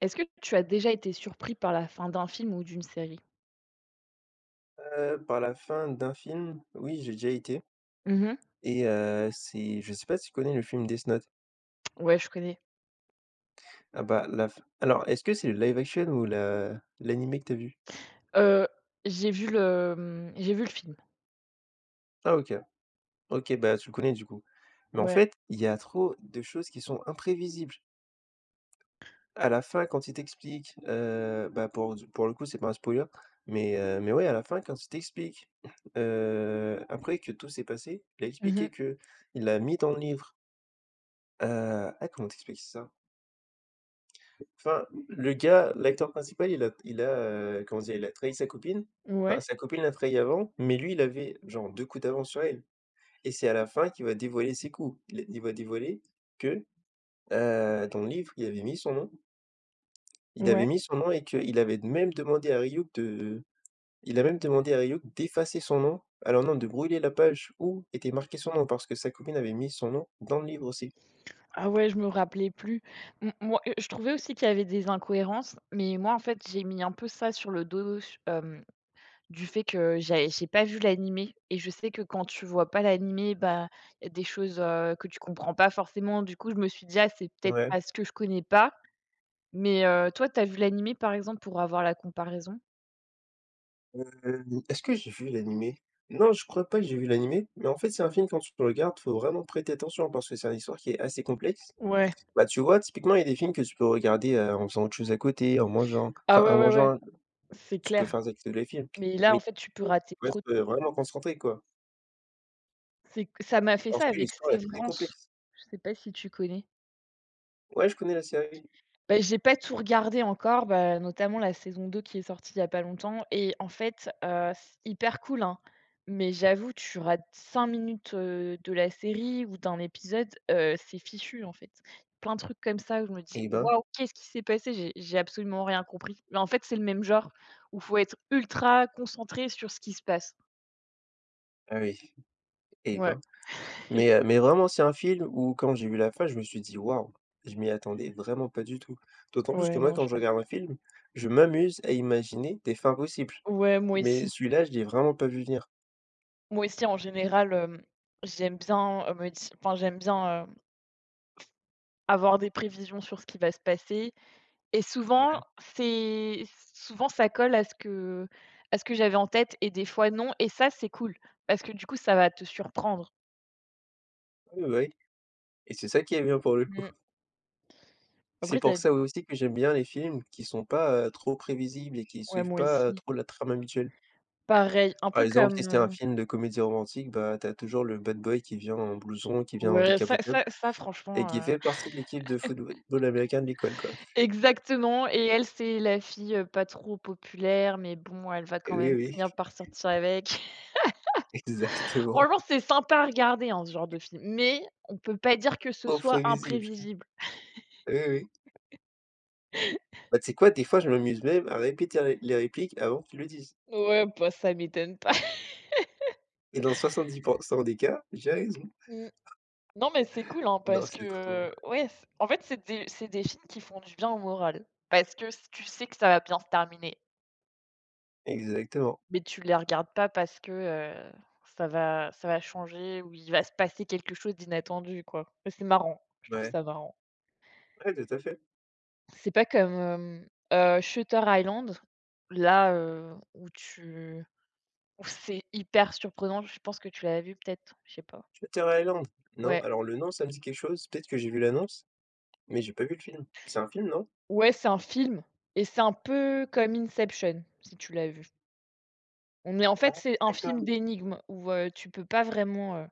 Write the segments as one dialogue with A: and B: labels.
A: Est-ce que tu as déjà été surpris par la fin d'un film ou d'une série?
B: Par la fin d'un film, oui, j'ai déjà été
A: Mmh.
B: et c'est je sais pas si tu connais le film Death Note?
A: Ouais, je connais.
B: Ah bah, la f alors est-ce que c'est le live action ou la l'animé que t'as vu?
A: Heu, j'ai vu j'ai vu le film.
B: Ah OK. OK, bah, tu le connais du coup. Mais en
A: Ouais.
B: fait, il y a trop de choses qui sont imprévisibles. À la fin, quand il t'explique, bah, pour le coup, c'est pas un spoiler, mais ouais, à la fin, quand il t'explique, après que tout s'est passé, il a
A: Mmh.
B: expliqué que il l'a mis dans le livre. Ah, comment t'expliques ça? Enfin, le gars, l'acteur principal, il a, comment dire? Il a trahi sa copine. Enfin,
A: Ouais,
B: sa copine l'a trahi avant, mais lui, il avait genre 2 coups d'avance sur elle et c'est à la fin qu'il va dévoiler ses coups. Il va dévoiler que, dans le livre, il avait mis son nom. Il avait
A: ouais.
B: mis son nom et qu'il avait même demandé à Ryuk de il a même demandé à Ryuk d'effacer son nom, alors non, de brûler la page où était marqué son nom, parce que sa copine avait mis son nom dans le livre aussi.
A: Ah ouais, je me rappelais plus. M moi, je trouvais aussi qu'il y avait des incohérences, mais moi, en fait, j'ai mis un peu ça sur le dos, hem, du fait que j'ai pas vu l'animé et je sais que quand tu vois pas l'animé, bah, il y a des choses, que tu comprends pas forcément. Du coup, je me suis dit: «Ah, c'est peut-être
B: Ouais.
A: parce que je connais pas». Mais toi, t'as vu l'animé, par exemple, pour avoir la comparaison?
B: Heu, est-ce que j'ai vu l'animé? Non, je crois pas que j'ai vu l'animé, mais en fait, c'est un film quand tu le regardes, faut vraiment prêter attention parce que c'est une histoire qui est assez complexe.
A: Ouais.
B: Bah, tu vois, typiquement, il y a des films que tu peux regarder, en faisant autre chose à côté, en mangeant.
A: Ah
B: Enfin,
A: ouais,
B: en
A: ouais, ouais,
B: mangeant,
A: c'est
B: tu peux
A: clair.
B: faire défiler les films
A: Mais là,
B: mais
A: en fait, tu peux
B: il
A: rater
B: faut être
A: trop.
B: vraiment concentré, quoi,
A: C'est ça m'a fait ça
B: parce que
A: avec
B: l'histoire est très
A: Sévrance,
B: complexe.
A: je sais pas si tu connais?
B: Ouais, je connais la série.
A: Bah, j'ai pas tout regardé encore, bah, notamment la saison 2 qui est sortie il y a pas longtemps et en fait, c'est hyper cool, hein, mais j'avoue, tu rates 5 minutes, de la série ou d'un épisode, c'est fichu, en fait. Plein de trucs comme ça où je me dis:
B: Eh ben,
A: «Waouh, qu'est-ce qui s'est passé? J'ai absolument rien compris». Mais en fait, c'est le même genre où faut être ultra concentré sur ce qui se passe.
B: ah oui, eh
A: Ouais,
B: ben, mais vraiment, c'est un film où quand j'ai vu la fin, je me suis dit: «Waouh!» Je m'y attendais vraiment pas du tout. D'autant plus que
A: ouais,
B: moi,
A: non,
B: quand
A: je
B: je regarde un film, je m'amuse à imaginer des fins possibles,
A: ouais, moi
B: mais
A: aussi.
B: celui-là, je l'ai vraiment pas vu venir.
A: Moi aussi, en général, j'aime bien, me di enfin, j'aime bien avoir des prévisions sur ce qui va se passer et souvent,
B: Ouais,
A: c'est souvent ça colle à ce que j'avais en tête et des fois non et ça, c'est cool parce que du coup, ça va te surprendre.
B: oui, oui et c'est ça qui est bien pour le.
A: Mmh.
B: C'est
A: Après tu
B: pour ça aussi que j'aime bien les films qui sont pas, trop prévisibles et qui
A: Ouais,
B: suivent
A: moi
B: pas,
A: aussi.
B: trop la trame habituelle.
A: Pareil, un
B: Par
A: peu
B: exemple, si
A: comme,
B: c'est un film de comédie romantique, bah, tu as toujours le bad boy qui vient en blouson, qui vient en
A: ouais, ça ça
B: décapotable
A: ça
B: et
A: franchement,
B: qui fait partie de l'équipe de football américain de l'école, quoi.
A: exactement, et elle, c'est la fille, pas trop populaire, mais bon, elle va quand
B: Oui,
A: même
B: oui,
A: finir par sortir avec.
B: exactement,
A: Franchement, c'est sympa à regarder, hein, ce genre de film, mais on peut pas dire que ce
B: trop
A: soit
B: prévisible.
A: imprévisible.
B: Oui, oui. Bah, tu sais quoi? Des fois, je m'amuse même à répéter les répliques avant qu'ils le disent
A: Ouais, bah, ça m'étonne pas.
B: et dans 70% des cas, j'ai raison.
A: Mmh. Non, mais c'est cool, hein,
B: Non,
A: parce que,
B: c'est trop
A: ouais, c en fait, c'est des films qui font du bien au moral. Parce que s tu sais que ça va bien se terminer,
B: exactement.
A: mais tu les regardes pas parce que, ça va changer ou il va se passer quelque chose d'inattendu, quoi. C'est marrant, je trouve
B: Ouais,
A: ça marrant.
B: ouais, tout à fait.
A: C'est pas comme, Shutter Island, là, où c'est hyper surprenant, je pense que tu l'as vu, peut-être? Je sais pas.
B: Shutter Island? Non,
A: Ouais.
B: alors le nom, ça me dit quelque chose, peut-être que j'ai vu l'annonce, mais j'ai pas vu le film. C'est un film, non?
A: Ouais, c'est un film et c'est un peu comme Inception, si tu l'as vu. On est En fait, c'est un film d'énigmes où, tu peux pas vraiment,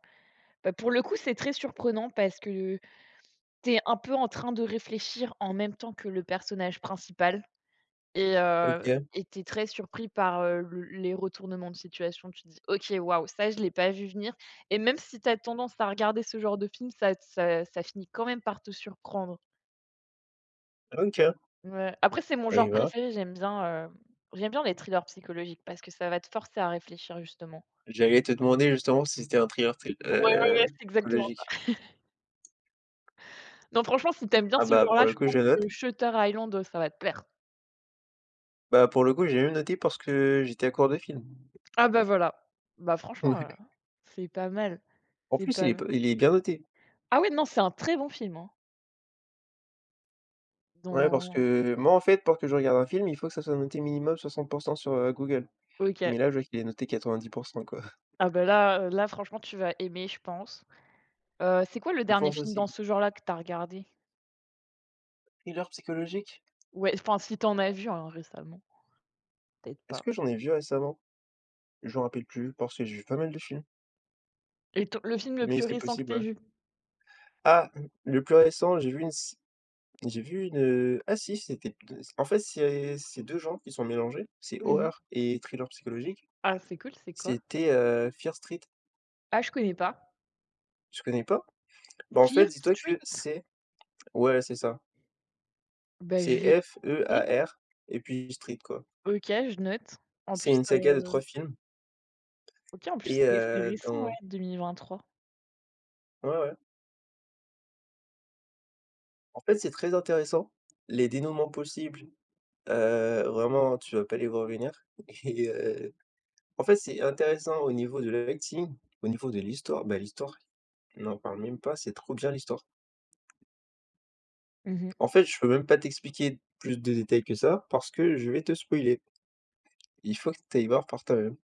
A: bah, pour le coup, c'est très surprenant parce que tu es un peu en train de réfléchir en même temps que le personnage principal et heu
B: OK,
A: et tu très surpris par, le les retournements de situation. Tu te dis: «OK, waouh, ça, je l'ai pas vu venir». Et même si tu as tendance à regarder ce genre de film, ça finit quand même par te surprendre.
B: OK.
A: Ouais, après c'est mon
B: Et
A: genre
B: bah,
A: préféré, j'aime bien les thrillers psychologiques parce que ça va te forcer à réfléchir justement.
B: j'allais te demander justement si c'était un thriller psy
A: Ouais, ouais, ouais, c'est exactement
B: psychologique.
A: ça. Non, franchement, si t'aimes bien
B: Ah
A: ce
B: bah,
A: genre-là,
B: pour le
A: je
B: coup,
A: pense
B: je note.
A: que Shutter Island, ça va te plaire.
B: Bah, pour le coup, j'ai même noté parce que j'étais à court de film.
A: Ah bah voilà. Bah franchement, c'est pas mal,
B: En
A: c'est
B: plus, il
A: pas
B: est
A: mal.
B: p il est bien noté.
A: Ah ouais, non, c'est un très bon film, hein.
B: Ouais, parce
A: Dans.
B: que moi, en fait, pour que je regarde un film, il faut que ça soit noté minimum 60 sur, Google.
A: OK.
B: Mais là, je vois qu'il est noté 90 quoi.
A: Ah bah là, là franchement tu vas aimer, je pense. C'est quoi le
B: Je
A: dernier
B: pense
A: film dans
B: aussi.
A: ce genre-là que t'as regardé?
B: Thriller psychologique?
A: Ouais, enfin, si t'en as vu, hein, récemment? Peut-être
B: Est-ce que
A: pas.
B: j'en ai vu récemment? Je m'en rappelle plus parce que j'ai vu pas mal de films.
A: Et ton le film le
B: Mais
A: plus
B: c'est
A: récent que
B: possible,
A: tu
B: ouais.
A: vu?
B: Ah! Le plus récent, j'ai vu une, ah si, c'était en fait, c'est 2 genres qui sont mélangés, c'est
A: Mmh.
B: horreur et thriller psychologique.
A: Ah, c'est cool, c'est quoi?
B: C'était, Fear Street.
A: Ah, je connais pas.
B: Je connais pas? Bah, en fait,
A: Fear
B: dis-toi que
A: Street?
B: c'est ouais, c'est ça.
A: Bah, je vais
B: C'est
A: essayer.
B: Fear et puis Street, quoi.
A: OK, je note. En
B: C'est
A: plus,
B: une saga de 3 films
A: OK, en plus,
B: et
A: c'est récent, ouais,
B: dans
A: 2023.
B: ouais, ouais. En fait, c'est très intéressant, les dénouements possibles, vraiment, tu vas pas les voir venir. Et en fait, c'est intéressant au niveau de l'acting, au niveau de l'histoire, bah, l'histoire, on n'en parle même pas, c'est trop bien l'histoire.
A: Mmh mh.
B: En fait, je peux même pas t'expliquer plus de détails que ça parce que je vais te spoiler. Il faut que tu ailles voir par toi-même.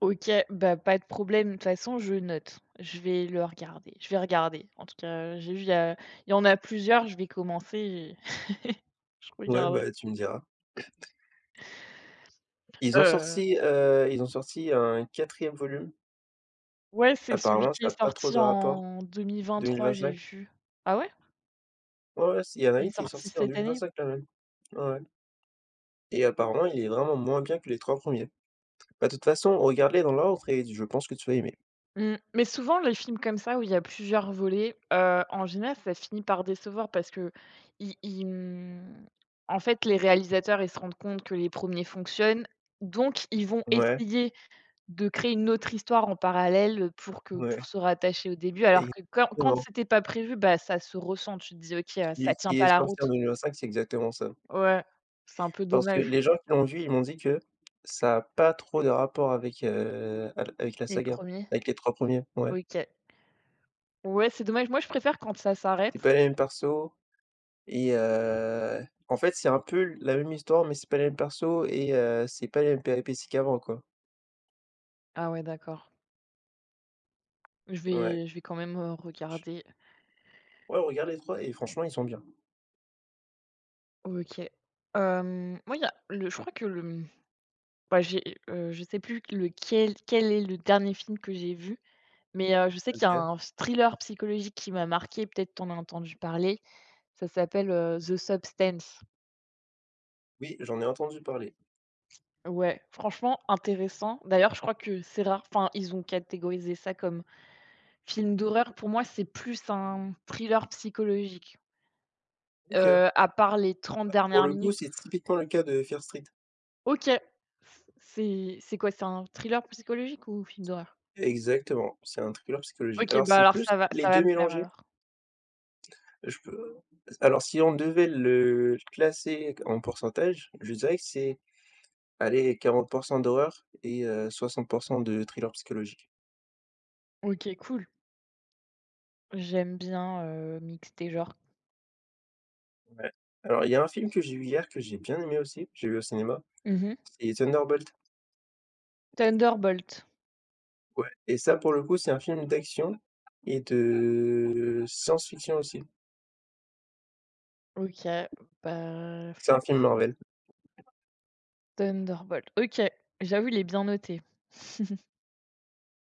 A: OK, bah, pas de problème. De toute façon, je note. Je vais le regarder. Je vais regarder. En tout cas, j'ai vu, il y en a plusieurs, je vais commencer et je
B: Ouais,
A: regarderai.
B: bah, tu me diras.
A: Heu,
B: Ils ont sorti un quatrième volume.
A: ouais, c'est celui
B: Apparemment,
A: qui
B: ça a
A: est
B: pas trop
A: sorti
B: de rapport.
A: en 2023, j'ai
B: 2025.
A: vu. Ah ouais?
B: Ouais, ouais, il y en a
A: Il est
B: une qui est
A: sorti
B: sortie en
A: cette année?
B: 2025, là, même. Ouais, ouais et apparemment, il est vraiment moins bien que les 3 premiers. Bah, de toute façon, regarde-les dans l'ordre et je pense que tu vas aimer.
A: Mmh, mais souvent les films comme ça où il y a plusieurs volets, en général ça finit par décevoir parce que ils, mmh, en fait les réalisateurs ils se rendent compte que les premiers fonctionnent, donc ils vont
B: Ouais,
A: essayer de créer une autre histoire en parallèle, pour
B: ouais,
A: se rattacher au début alors que quand
B: exactement.
A: c'était pas prévu, bah, ça se ressent. Tu te dis: «OK, ça
B: Celui
A: tient
B: qui
A: pas
B: est
A: la
B: sorti en
A: route».
B: 2005, c'est exactement ça.
A: Ouais, c'est un peu
B: Parce que
A: dommage.
B: les gens qui l'ont vu, ils m'ont dit que ça a pas trop de rapport avec, al avec la
A: Les
B: saga,
A: premiers.
B: avec les 3 premiers, ouais.
A: OK. Ouais, c'est dommage. Moi je préfère quand ça s'arrête.
B: C'est pas les mêmes persos et en fait, c'est un peu la même histoire, mais c'est pas les mêmes persos et c'est pas les mêmes péripéties qu'avant, quoi.
A: Ah ouais d'accord. Je
B: Ouais.
A: vais je vais quand même, regarder.
B: Ouais, on regarde les 3 et franchement, ils sont bien.
A: OK. Moi, il y a le je crois que le, mmh, bah, j'ai, je sais plus lequel quel est le dernier film que j'ai vu, mais je sais qu'il y a
B: OK.
A: un thriller psychologique qui m'a marqué. Peut-être t'en as entendu parler. Ça s'appelle, The Substance.
B: Oui, j'en ai entendu parler.
A: Ouais, franchement intéressant. D'ailleurs, je crois que c'est rare, enfin, ils ont catégorisé ça comme film d'horreur. Pour moi, c'est plus un thriller psychologique,
B: OK.
A: à part les 30
B: Pour
A: dernières
B: le coup,
A: minutes où.
B: c'est typiquement le cas de Fear Street.
A: OK, c'est quoi? C'est un thriller psychologique ou film d'horreur?
B: Exactement, c'est un thriller psychologique.
A: OK,
B: Alors,
A: bah,
B: c'est
A: alors
B: plus
A: ça va ça
B: les
A: va
B: 2
A: me plaire
B: mélangés.
A: alors.
B: Je peux alors si on devait le classer en pourcentage, je dirais que c'est, allez, 40% d'horreur et 60% de thriller psychologique.
A: OK, cool. J'aime bien, mixer genres.
B: Ouais. Alors, il y a un film que j'ai vu hier que j'ai bien aimé aussi, que j'ai vu au cinéma,
A: Mmh mh.
B: c'est Thunderbolt.
A: Thunderbolt.
B: Ouais et ça, pour le coup, c'est un film d'action et de science-fiction aussi.
A: OK, bah,
B: C'est
A: ça
B: un film
A: cool.
B: Marvel.
A: Thunderbolt, OK. J'avoue, il est bien noté.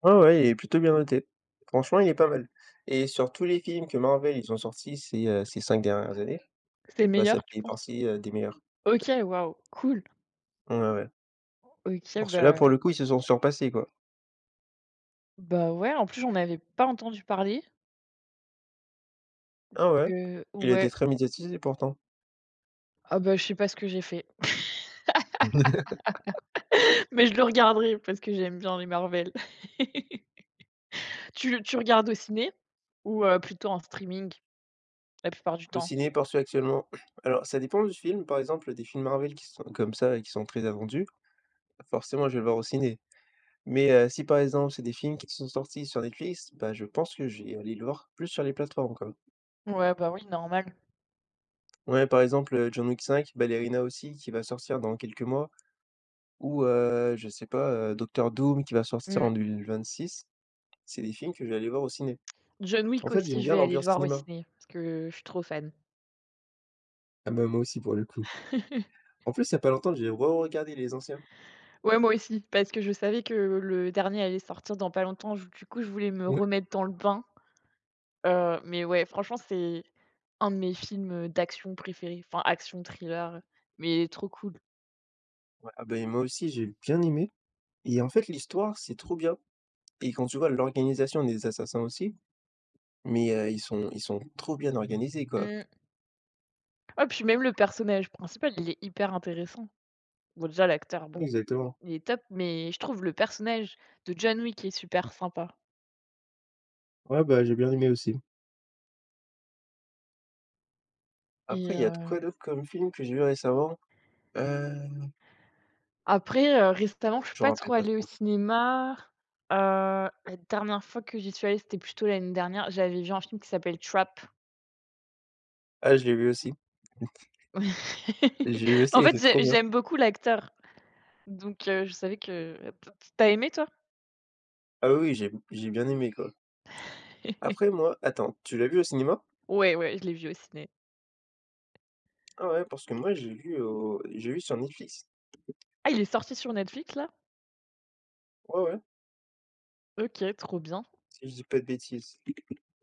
B: Ouais, ouais, il est plutôt bien noté. Franchement, il est pas mal et sur tous les films que Marvel, ils ont sortis ces, ces 5 dernières années,
A: C'est
B: bah, ça
A: meilleur, tu
B: fait
A: penses?
B: partie, des meilleurs.
A: OK, waouh, cool.
B: Ouais, ouais.
A: OK,
B: Parce que là,
A: bah,
B: pour le coup, ils se sont surpassés, quoi.
A: ouais, en plus, j'en avais pas entendu parler
B: Ah ouais?
A: que
B: Il a
A: ouais.
B: été très médiatisé pourtant.
A: Ah, bah, je sais pas ce que j'ai fait. Mais je le regarderai parce que j'aime bien les Marvel. Tu le tu regardes au ciné? Ou plutôt en streaming la plupart du
B: Au
A: temps?
B: ciné, perçu actuellement alors ça dépend du film, par exemple, des films Marvel qui sont comme ça et qui sont très attendus, forcément, je vais le voir au ciné. Mais si par exemple, c'est des films qui sont sortis sur Netflix, bah, je pense que je vais aller le voir plus sur les plateformes, quoi.
A: Ouais, bah, oui, normal.
B: Ouais, par exemple, John Wick 5, Ballerina aussi, qui va sortir dans quelques mois ou, je sais pas, Docteur Doom qui va sortir
A: Mmh.
B: en 2026. C'est des films que je vais aller voir au ciné.
A: John Wick
B: En fait,
A: aussi,
B: j'aime
A: je
B: bien
A: vais aller le
B: l'ambiance
A: voir au
B: cinéma.
A: ciné parce que je suis trop fan.
B: Ah bah, moi aussi pour le coup. En plus, il y a pas longtemps, j'ai re-regardé les anciens.
A: Ouais, moi aussi, parce que je savais que le dernier allait sortir dans pas longtemps, j du coup, je voulais me
B: Ouais.
A: remettre dans le bain, mais ouais, franchement, c'est un de mes films d'action préférés, enfin action thriller, mais trop cool.
B: Ouais, ah beh, moi aussi j'ai bien aimé et en fait l'histoire, c'est trop bien et quand tu vois l'organisation des assassins aussi, mais, ils sont trop bien organisés, quoi.
A: Mmh. Ah, puis même le personnage principal, il est hyper intéressant. Bon, déjà l'acteur,
B: Ouais,
A: bon,
B: exactement.
A: il est top, mais je trouve le personnage de John Wick est super sympa
B: Ouais, bah, j'ai bien aimé aussi.
A: et
B: Après, il y a de
A: euh,
B: quoi d'autre comme film que j'ai vu récemment? Heu
A: Après, récemment, je suis
B: Je me
A: pas trop
B: rappelle pas
A: allée au
B: trop.
A: cinéma. La dernière fois que j'y suis allée, c'était plutôt l'année dernière. J'avais vu un film qui s'appelle Trap.
B: Ah, je l'ai vu aussi. Je l'ai vu aussi,
A: En
B: il
A: fait,
B: était trop bien.
A: j'aime beaucoup l'acteur, donc je savais que t'as aimé toi?
B: Ah oui, j'ai bien aimé, quoi. Après moi attends, tu l'as vu au cinéma?
A: Ouais, ouais, je l'ai vu au ciné.
B: Ah ouais, parce que moi j'ai vu sur Netflix.
A: Ah, il est sorti sur Netflix là?
B: Ouais, ouais,
A: OK, trop bien.
B: si je dis pas de bêtises.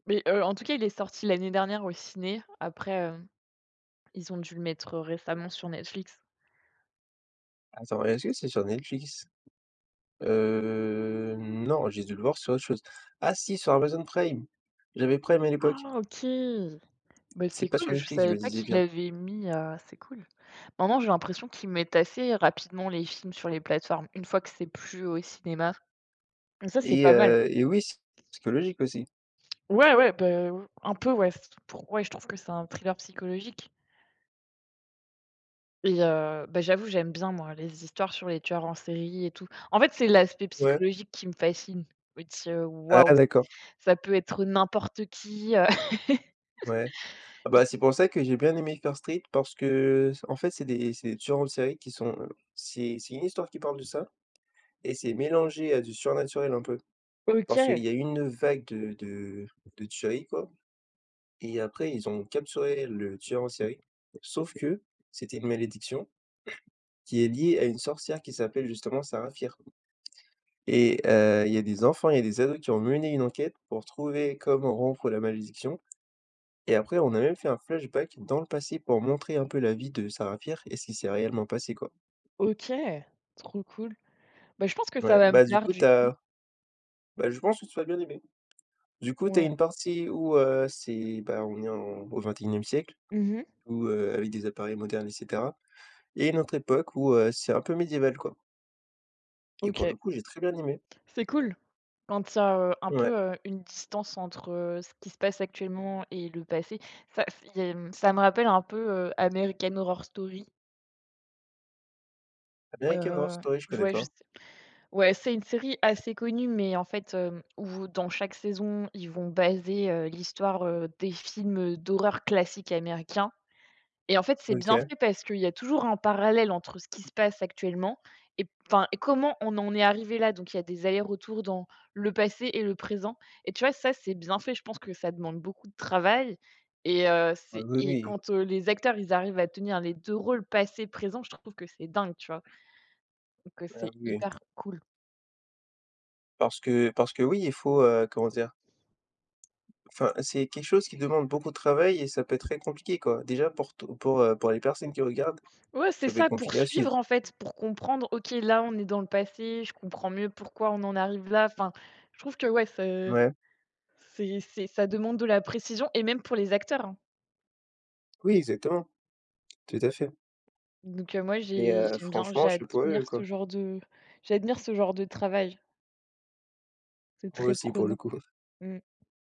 A: Mais en tout cas, il est sorti l'année dernière au ciné. Après, ils ont dû le mettre récemment sur Netflix.
B: Attends, est-ce que c'est sur Netflix? Non, j'ai dû le voir sur autre chose. Ah si, sur Amazon Prime. J'avais Prime à l'époque.
A: Ah OK! Bah,
B: C'est
A: c'est
B: pas sur
A: cool, je
B: Netflix, je
A: savais
B: me
A: pas
B: disais
A: qu'il
B: bien
A: l'avaient mis, c'est cool. Maintenant, j'ai l'impression qu'ils mettent assez rapidement les films sur les plateformes, une fois que c'est plus au cinéma. Mais ça, c'est
B: et
A: pas mal.
B: et oui, c'est logique aussi.
A: Ouais, ouais, bah, un peu, ouais, c'est pour ouais, je trouve que c'est un thriller psychologique et bah, j'avoue, j'aime bien moi les histoires sur les tueurs en série et tout. En fait, c'est l'aspect
B: Ouais.
A: psychologique qui me fascine. Je me dis: Waouh,
B: Ah d'accord,
A: ça peut être n'importe qui».
B: ouais. Ah bah, c'est pour ça que j'ai bien aimé Fear Street parce que, en fait, c'est des tueurs en série qui sont, c'est une histoire qui parle de ça et c'est mélangé à du surnaturel un peu. Parce
A: OK.
B: qu'il y a eu une vague de de tueries, quoi et après ils ont capturé le tueur en série. Sauf que c'était une malédiction qui est liée à une sorcière qui s'appelle justement Sarah Fier et il y a des enfants, il y a des ados qui ont mené une enquête pour trouver comment rompre la malédiction. Et après, on a même fait un flashback dans le passé pour montrer un peu la vie de Sarah Fier et ce qui s'est réellement passé, quoi.
A: OK, trop cool. Bah, je pense que ça
B: Ouais,
A: va me
B: bah, du
A: plaire
B: coup,
A: du coup.
B: t'as. Bah, je pense que tu vas bien aimer. Du coup, t'as
A: Ouais.
B: une partie où, c'est bah, on est en au XXIe siècle,
A: Mmh.
B: où, avec des appareils modernes et cetera et une autre époque où, c'est un peu médiéval, quoi et pour
A: OK,
B: le coup, j'ai très bien aimé.
A: c'est cool. Quand il y a, un
B: Ouais,
A: peu, une distance entre, ce qui se passe actuellement et le passé, ça c il y a, mmh, ça me rappelle un peu, American Horror Story,
B: American Horror
A: heu,
B: Story, je
A: je
B: connais
A: ouais, je
B: pas.
A: sais ouais, c'est une série assez connue, mais en fait, où dans chaque saison, ils vont baser, l'histoire, des films d'horreur classiques américains. Et en fait, c'est bien
B: OK.
A: fait parce qu'il y a toujours un parallèle entre ce qui se passe actuellement et enfin et comment on en est arrivé là. Donc il y a des allers-retours dans le passé et le présent et tu vois, ça, c'est bien fait. Je pense que ça demande beaucoup de travail
B: Ah oui,
A: et
B: oui.
A: quand, les acteurs, ils arrivent à tenir les 2 rôles passé, présent, je trouve que c'est dingue, tu vois? Donc,
B: Ah
A: c'est
B: oui,
A: hyper
B: oui.
A: cool.
B: Parce que oui, il faut, comment dire? Enfin, c'est quelque chose qui demande beaucoup de travail et ça peut être très compliqué, quoi. Déjà pour to pour, pour les personnes qui regardent,
A: Ouais, c'est
B: ça peut être
A: ça, pour
B: compliqué à
A: suivre, en
B: suivre.
A: fait, pour comprendre: «OK, là, on est dans le passé, je comprends mieux pourquoi on en arrive là». Enfin, je trouve que ouais, c'est.
B: Ouais.
A: Ça demande de la précision et même pour les acteurs, hein.
B: Oui, exactement, tout à fait.
A: Donc moi
B: Mais,
A: j'aime bien,
B: franchement, je suis pour eux, quoi.
A: j'admire ce genre de travail. C'est
B: Moi
A: très
B: aussi, pour le
A: prenant.
B: coup.
A: Mmh.